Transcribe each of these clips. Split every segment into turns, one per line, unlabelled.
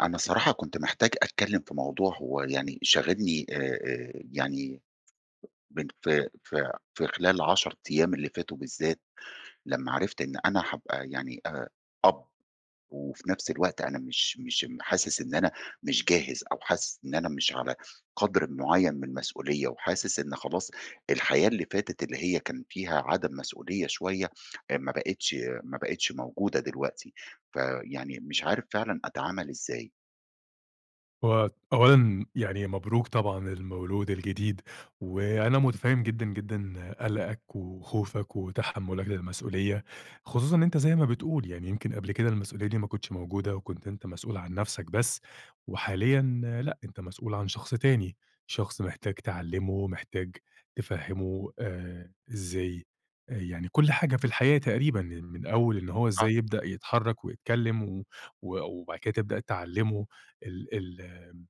أنا صراحة كنت محتاج أتكلم في موضوع هو يعني شاغلني يعني من في خلال ال10 أيام اللي فاتوا بالذات، لمّا عرفت إن أنا هابقى يعني أب، وفي نفس الوقت أنا مش حاسس إن أنا مش جاهز، أو حاسس إن أنا مش على قدر معين من المسؤولية، وحاسس إن خلاص الحياة اللي فاتت اللي هي كان فيها عدم مسؤولية شوية، آآ، ما بقتش ما بقتش موجودة دلوقتي، فيعني مش عارف فعلًا أتعامل إزاي؟
هو أولًا يعني مبروك طبعًا المولود الجديد، وأنا متفهم جدًا، جدًا قلقك وخوفك وتحملك للمسؤولية، خصوصًا إن أنت زي ما بتقول يعني يمكن قبل كده المسؤولية دي ما كنتش موجودة، وكنت أنت مسؤول عن نفسك بس، وحاليًا لأ، أنت مسؤول عن شخص تاني، شخص محتاج تعلمه، محتاج تفهمه إزاي يعني كل حاجة في الحياة تقريبًا، من أول إن هو
أ
إزاي يبدأ يتحرك ويتكلم و و وبعد كده تبدأ تعلمه ال ال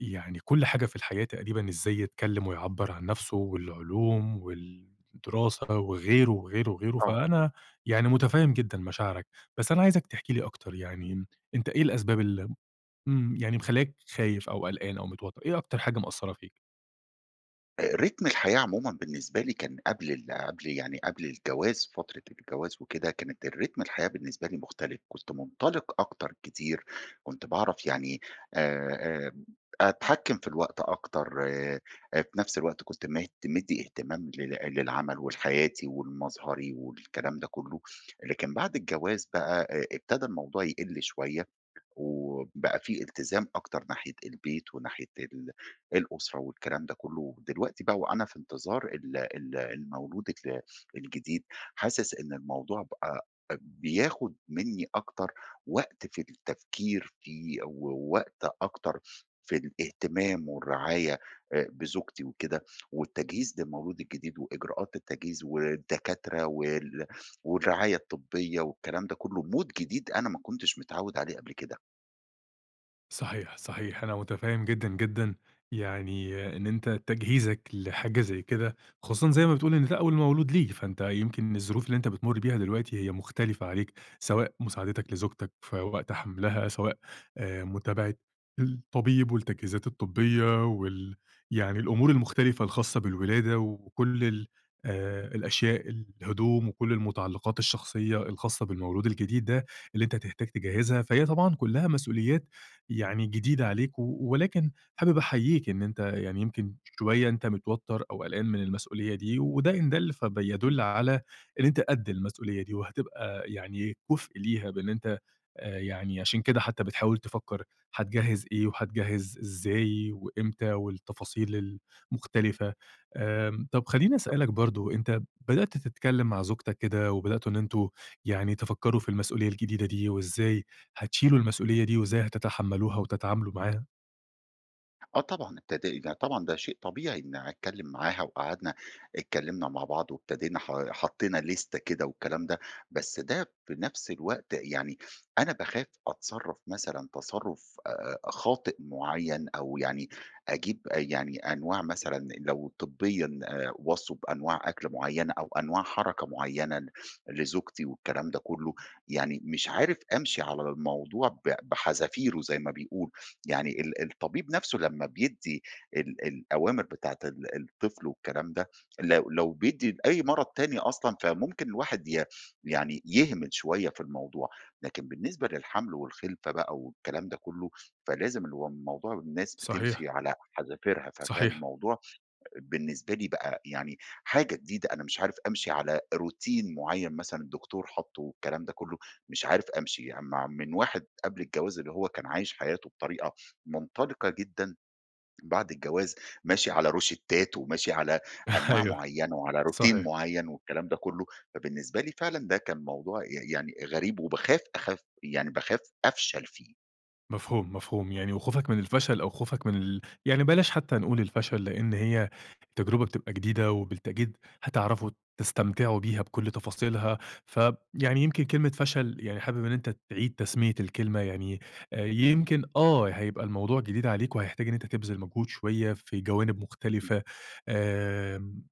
يعني كل حاجة في الحياة تقريبًا إزاي يتكلّم ويعبّر عن نَفْسه والعلوم والدراسة وغيره، وغيره، وغيره،
آه.
فأنا يعني مُتفهِّم جدًا مشاعرك، بس أنا عايزك تحكي لي أكتر يعني أنت إيه الأسباب اللي يعني مخلّياك خايف أو قلقان أو متوتّر، إيه أكتر حاجة مأثّرة فيك؟
رتم الحياة عمومًا بالنسبة لي كان قبل يعني قبل الجواز، فترة الجواز وكده، كانت الرتم الحياة بالنسبة لي مختلف، كنت منطلق أكتر كتير، كنت باعرف يعني آآ آآ أتحكّم في الوقت أكتر، في نفس الوقت كنت مدّي اهتمام للعمل ولحياتي ولمظهري والكلام ده كلّه، لكن بعد الجواز بقى ابتدى الموضوع يقِل شوية، وبقى في التزام أكتر ناحية البيت وناحية الأسرة والكلام ده كله، دلوقتي بقى وأنا في انتظار ال ال المولود الجديد، حاسس إن الموضوع بقى بياخد منّي أكتر وقت في التفكير فيه ووقت أكتر في الاهتمام والرعاية بزوجتي وكده، والتجهيز للمولود الجديد وإجراءات التجهيز والدكاترة والرعاية الطبية والكلام ده كله، mood جديد أنا ما كنتش متعوّد عليه قبل
صحيح، صحيح، أنا متفهم جدًا، جدًا، يعني إن أنت تجهيزك لحاجة زي كده، خصوصًا زي ما بتقول إن ده أول مولود ليك، فأنت يمكن الظروف اللي أنت بتمر بيها دلوقتي هي مختلفة عليك، سواء مساعدتك لزوجتك في وقت حملها، سواء متابعة الطبيب والتجهيزات الطبية يعني الأمور المختلفة الخاصة بالولادة وكل ال الأشياء، الهدوم وكل المتعلقات الشخصية الخاصة بالمولود الجديد ده اللي أنت هتحتاج تجهزها، فهي طبعًا كلها مسؤوليات يعني جديدة عليك، ولكن حابب أحييك إن أنت يعني يمكن شوية أنت متوتر أو قلقان من المسؤولية دي، وده إن دل
كده.
فبيدل على إن أنت قد المسؤولية دي، وهتبقى يعني كفء ليها بإن أنت يعني عشان كده حتى بتحاول تفكر هتجهّز إيه، وهتجهّز إزاي، وإمتى، والتفاصيل المختلفة. طب خلّيني أسألك برضه، أنت بدأت تتكلم مع زوجتك كده وبدأتوا إن أنتم يعني تفكروا في المسؤولية الجديدة دي، وإزاي هتشيلوا المسؤولية دي وإزاي هتتحمّلوها وتتعاملوا معاها؟
آه، طبعًا ابتدى ده، طبعًا ده شيء طبيعي إن أتكلّم معاها، وقعدنا اتكلّمنا مع بعض وابتدينا حطّينا list كده والكلام ده، بس ده في نفس الوقت يعني أنا باخاف أتصرّف مثلًا تصرُّف خاطئ معيّن أو يعني أجيب آه، يعني أنواع مثلًا لو طبيًا وصّوا بأنواع أكل معيّنة أو أنواع حركة معيّنة لزوجتي والكلام ده كُلّه، يعني مش عارف أمشي على الموضوع بحذافيره زي ما بيقولوا. يعني الطبيب نفسه لمّا بيدّي الأوامر بتاعة الطفل والكلام ده، لو بيدّي لأي مرض تاني أصلًا، فممكن الواحد يعني يهمل شوية في الموضوع، لكن بالنسبة للحمل والخلفة بقى والكلام ده كلّه، فلازم الموضوع الناس
صحيح،
بتمشي على حذافيرها، ففي
صحيح.
الموضوع بالنسبة لي بقى يعني حاجة جديدة أنا مش عارف أمشي على روتين معين مثلًا الدكتور حاطّه والكلام ده كلّه، مش عارف أمشي يعني مع من واحد قبل الجواز اللي هو كان عايش حياته بطريقة منطلقة جدًا، بعد الجواز ماشي على روشتّات وماشي على أنواع
أيوه،
معيّنة وعلى روتين
صحيح.
معيّن والكلام ده كلّه، فبالنسبة لي فعلًا ده كان موضوع يعني غريب، وباخاف أخاف يعني باخاف أفشل فيه.
مفهوم، مفهوم. يعني وخوفك من الفشل أو خوفك من يعني بلاش حتّى نقول الفشل، لإن هي تجربة بتبقى جديدة وبالتأكيد هتعرفوا تستمتعوا بيها بكل تفاصيلها، فيعني يمكن كلمة فشل يعني حابب إن أنت تعيد تسمية الكلمة، يعني يمكن هيبقى الموضوع جديد عليك وهيحتاج إن أنت تبذل مجهود شوية في جوانب
إمم.
مختلفة. آمم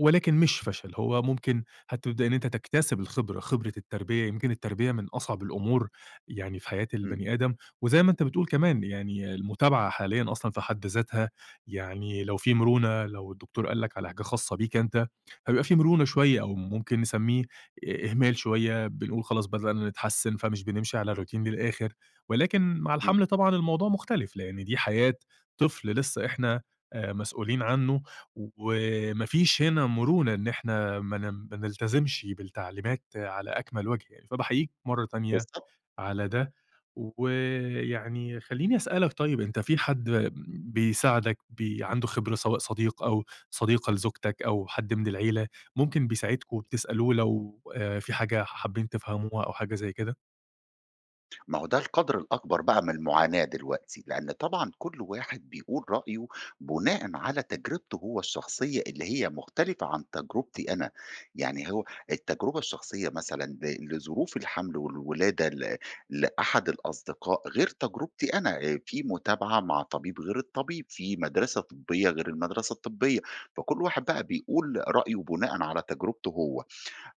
ولكن مش فشل، هو ممكن هتبدأ إن أنت تكتسب الخبرة، خبرة التربية، يمكن التربية من أصعب الأمور يعني في حياة
إمم.
البني آدم، وزي ما أنت بتقول كمان يعني المتابعة حاليًا أصلًا في حد ذاتها يعني لو في مرونة، لو الدكتور قال لك على حاجة خاصة بيك أنت، هيبقى في مرونة شوية أو ممكن نسميه إهمال شوية، بنقول خلاص بدأنا نتحسن فمش بنمشي على الروتين للآخر، ولكن مع
إمم.
الحمل طبعًا الموضوع مختلف، لأن دي حياة طفل لسه إحنا مسؤولين عنه وما فيش هنا مرونة إن إحنا ما نلتزمش بالتعليمات على أكمل وجه يعني، فباحييك مرّة تانية
بالضبط.
على ده، ويعني خلّيني أسألك طيب أنت في حد بيساعدك عنده خبرة سواء صديق أو صديقة لزوجتك أو حد من العيلة، ممكن بيساعدكم وبتسألوه لو في حاجة حابين تفهموها أو حاجة زي كده؟
ما هو ده القدر الأكبر بقى من المعاناة دلوقتي، لأن طبعًا كل واحد بيقول رأيه بناءً على تجربته هو الشخصية اللي هي مختلفة عن تجربتي أنا، يعني هو التجربة الشخصية مثلًا لظروف الحمل والولادة لأحد الأصدقاء غير تجربتي أنا، في متابعة مع طبيب غير الطبيب، في مدرسة طبية غير المدرسة الطبية، فكل واحد بقى بيقول رأيه بناءً على تجربته هو.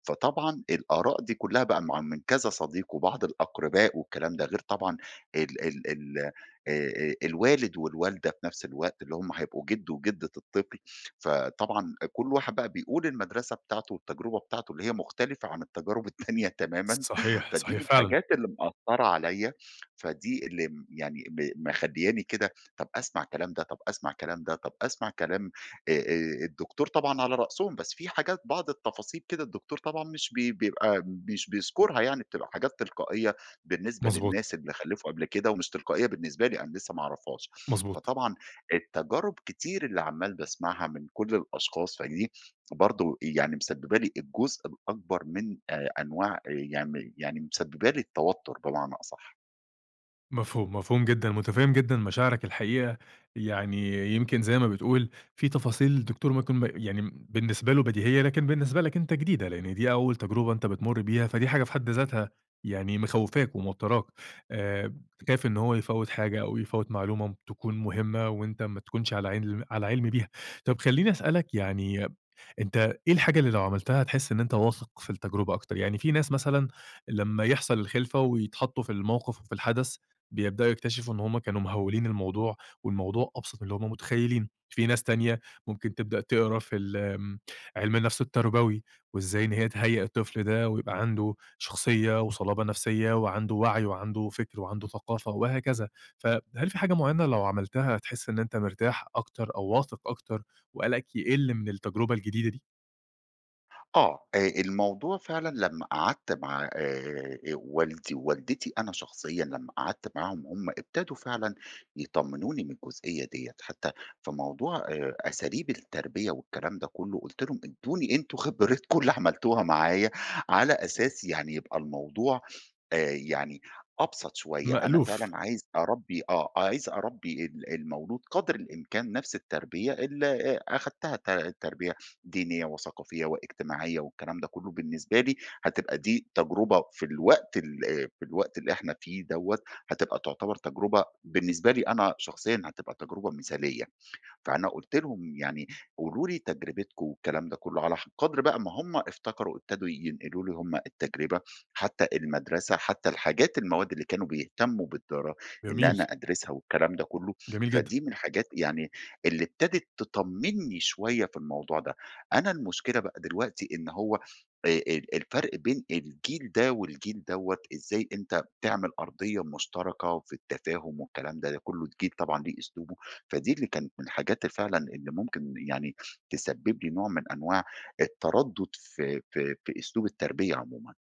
فطبعًا الآراء دي كلّها بقى مع من كذا صديق وبعض الأقرباء والكلام ده، غير طبعًا ال ال ال آآ الوالد والوالدة في نفس الوقت اللي هم هيبقوا جِد وجِدة الطفل، فطبعًا كل واحد بقى بيقول المدرسة بتاعته والتجربة بتاعته اللي هي مختلفة عن التجارب التانية تمامًا،
صحيح،
فدي
صحيح
من
فعلًا،
الحاجات اللي مأثّرة عليَّ، فدي اللي يعني مخلّياني كده. طَب أسمع كلام ده، طَب أسمع كلام ده، طَب أسمع كلام الدكتور طبعًا على رأسهم، بس في حاجات بعض التفاصيل كده الدكتور طبعًا مش بي بيبقى مش بيذكرها يعني، بتبقى حاجات تلقائية بالنسبة
مضبوط،
للناس اللي خلّفوا قبل كده ومش تلقائية بالنسبة لي، أنا لسه ما أعرفهاش.
مضبوط.
فطبعًا التجارب كتير اللي عمّال باسمعها من كل الأشخاص، فدي برضه يعني مسببة لي الجزء الأكبر من أنواع آه، يعني مسببة لي التوتر بمعنى أصح.
مفهوم، مفهوم جدًا، متفهّم جدًا مشاعرك الحقيقة، يعني يمكن زي ما بتقول في تفاصيل الدكتور ما يكون يعني بالنسبة له بديهية، لكن بالنسبة لك أنت جديدة، لإن دي أول تجربة أنت بتمُر بيها، فدي حاجة في حد ذاتها يعني مخوّفاك وموتّراك، آآ، خايف إن هو يفوّت حاجة أو يفوّت معلومة تكون مهمة وأنت ما تكونش على علم بيها. طَب خلّيني أسألك يعني أنت إيه الحاجة اللي لو عملتها هتحس إن أنت واثق في التجربة أكتر؟ يعني في ناس مثلًا لمّا يحصل الخِلفة ويتحطّوا في الموقف وفي الحدث بيبدأوا يكتشفوا إن هُم كانوا مهوّلين الموضوع، والموضوع أبسط من اللي هُم متخيّلين. في ناس تانية ممكن تبدأ تقرا في ال آمم، علم النفس التربوي، وإزاي إن هي تهيّئ الطفل ده ويبقى عنده شخصية وصلابة نفسية وعنده وعي وعنده فكر وعنده ثقافة وهكذا. فهل في حاجة معيّنة لو عملتها هتحس إن أنت مرتاح أكتر أو واثق أكتر وقلقك يقل من التجربة الجديدة دي؟
آه، الموضوع فعلًا لمّا قعدت مع والدي ووالدتي، أنا شخصيًا لمّا قعدت معاهم هم ابتدوا فعلًا يطمنوني من الجزئية ديّة، حتى في موضوع أساليب التربية والكلام ده كله، قُلت لهم ادّوني أنتم خبرتكم اللي عملتوها معايا على أساس يعني يبقى الموضوع يعني أبسط شوية، أنا
مألوف.
فعلًا عايز أربّي المولود قدر الإمكان نفس التربية اللي أخدتها، تربية دينية وثقافية واجتماعية والكلام ده كلّه، بالنسبة لي هتبقى دي تجربة في الوقت ال آه، في الوقت اللي إحنا فيه دوّة، هتبقى تعتبر تجربة بالنسبة لي، أنا شخصيًا هتبقى تجربة مثالية. فأنا قُلت لهم يعني قولوا لي تجربتكم والكلام ده كله، على قدر بقى ما هم افتكروا ابتدوا ينقلوا لي هم التجربة، حتى المدرسة، حتى الحاجات المواد اللي كانوا بيهتموا إن
جميل،
أنا أدرسها والكلام ده كله،
جميل جدًا.
فدي من الحاجات يعني اللي ابتدت تطمنّي شوية في الموضوع ده. أنا المشكلة بقى دلوقتي إن هو ال الفرق بين الجيل ده والجيل دوّة، إزاي أنت تعمل أرضية مشتركة في التفاهم والكلام ده، ده كله الجيل طبعًا ليه أسلوبه، فدي اللي كانت من الحاجات فعلًا اللي ممكن يعني تسبب لي نوع من أنواع التردد في أسلوب التربية عمومًا.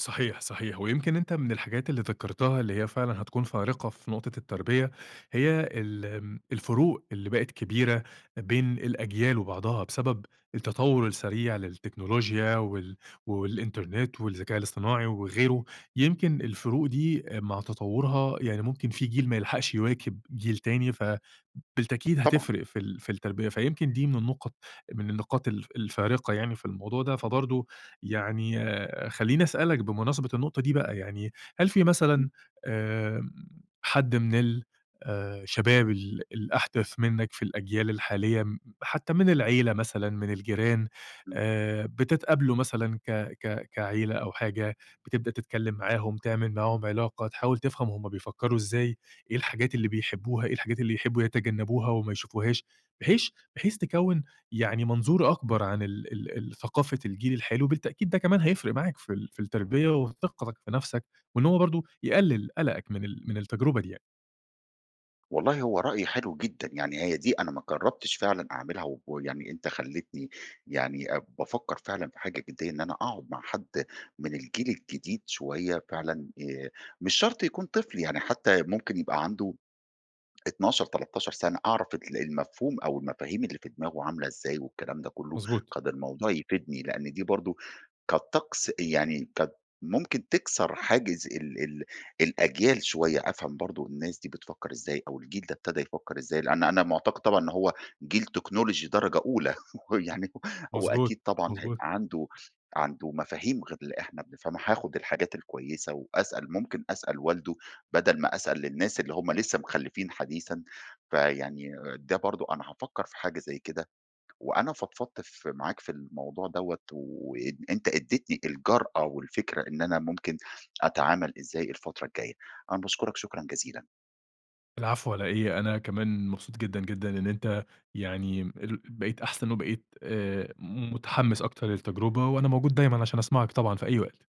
صحيح، صحيح، ويمكن أنت من الحاجات اللي ذكرتها اللي هي فعلًا هتكون فارقة في نقطة التربية، هي ال آمم، الفروق اللي بقت كبيرة بين الأجيال وبعضها بسبب التطور السريع للتكنولوجيا والإنترنت والذكاء الاصطناعي وغيره، يمكن الفروق دي مع تطورها يعني ممكن في جيل ما يلحقش يواكب جيل تاني، فبالتأكيد
طبعًا.
هتفرق في التربية، فيمكن دي من النقط من النقاط الفارقة يعني في الموضوع ده، فبرضه يعني خلّيني أسألك بمناسبة النقطة دي بقى، يعني هل في
إمم.
مثلًا آمم حد من ال شباب الأحدث منّك في الأجيال الحالية حتّى من العيلة مثلًا، من الجيران،
إمم.
بتتقابلوا مثلًا ك ك كعيلة أو حاجة، بتبدأ تتكلّم معاهم، تعمل معاهم علاقة، تحاول تفهم هم بيفكّروا إزاي، إيه الحاجات اللي بيحبّوها، إيه الحاجات اللي يحبّوا يتجنّبوها وما يشوفوهاش، بحيث بحيث تكوّن يعني منظور أكبر عن ال ال ال ثقافة الجيل الحالي، وبالتأكيد ده كمان هيفرق معاك في التربية وثقتك في نفسك، وإن هو برضه يقلل قلقك من التجربة دي يعني.
والله هو رأي حلو جدًا، يعني هي دي أنا ما جربتش فعلًا أعملها، و ويعني أنت خلّيتني يعني بافكّر فعلًا في حاجة جدية إن أنا أقعد مع حد من الجيل الجديد شوية فعلًا، مش شرط يكون طفل يعني، حتى ممكن يبقى عنده 12، 13 سنة، أعرف المفهوم أو المفاهيم اللي في دماغه عاملة إزاي والكلام ده كلّه،
مضبوط،
كان الموضوع يفيدني، لإن دي برضه كالطقس يعني كانت ممكن تكسر حاجز ال ال الأجيال شوية، أفهم برضه الناس دي بتفكّر إزاي أو الجيل ده ابتدى يفكّر إزاي، لأن أنا معتقد طبعًا إن هو جيل تكنولوجي درجة أولى يعني هو أكيد
مضبوط،
طبعًا
مضبوط.
هيبقى عنده مفاهيم غير اللي إحنا بنفهمها، هاخد الحاجات الكويسة وأسأل، ممكن أسأل والده بدل ما أسأل للناس اللي هم لسه مخلّفين حديثًا، فيعني ده برضه أنا هافكّر في حاجة زي كده. وأنا فضفضت معاك في الموضوع دوّة، وإن أنت ادّيتني الجرأة والفكرة إن أنا ممكن أتعامل إزاي الفترة الجاية. أنا باشكرك شكرًا جزيلًا.
العفو على إيه، أنا كمان مبسوط جدًا، جدًا إن أنت يعني بقيت أحسن وبقيت متحمس أكتر للتجربة، وأنا موجود دايمًا عشان أسمعك طبعًا في أي وقت.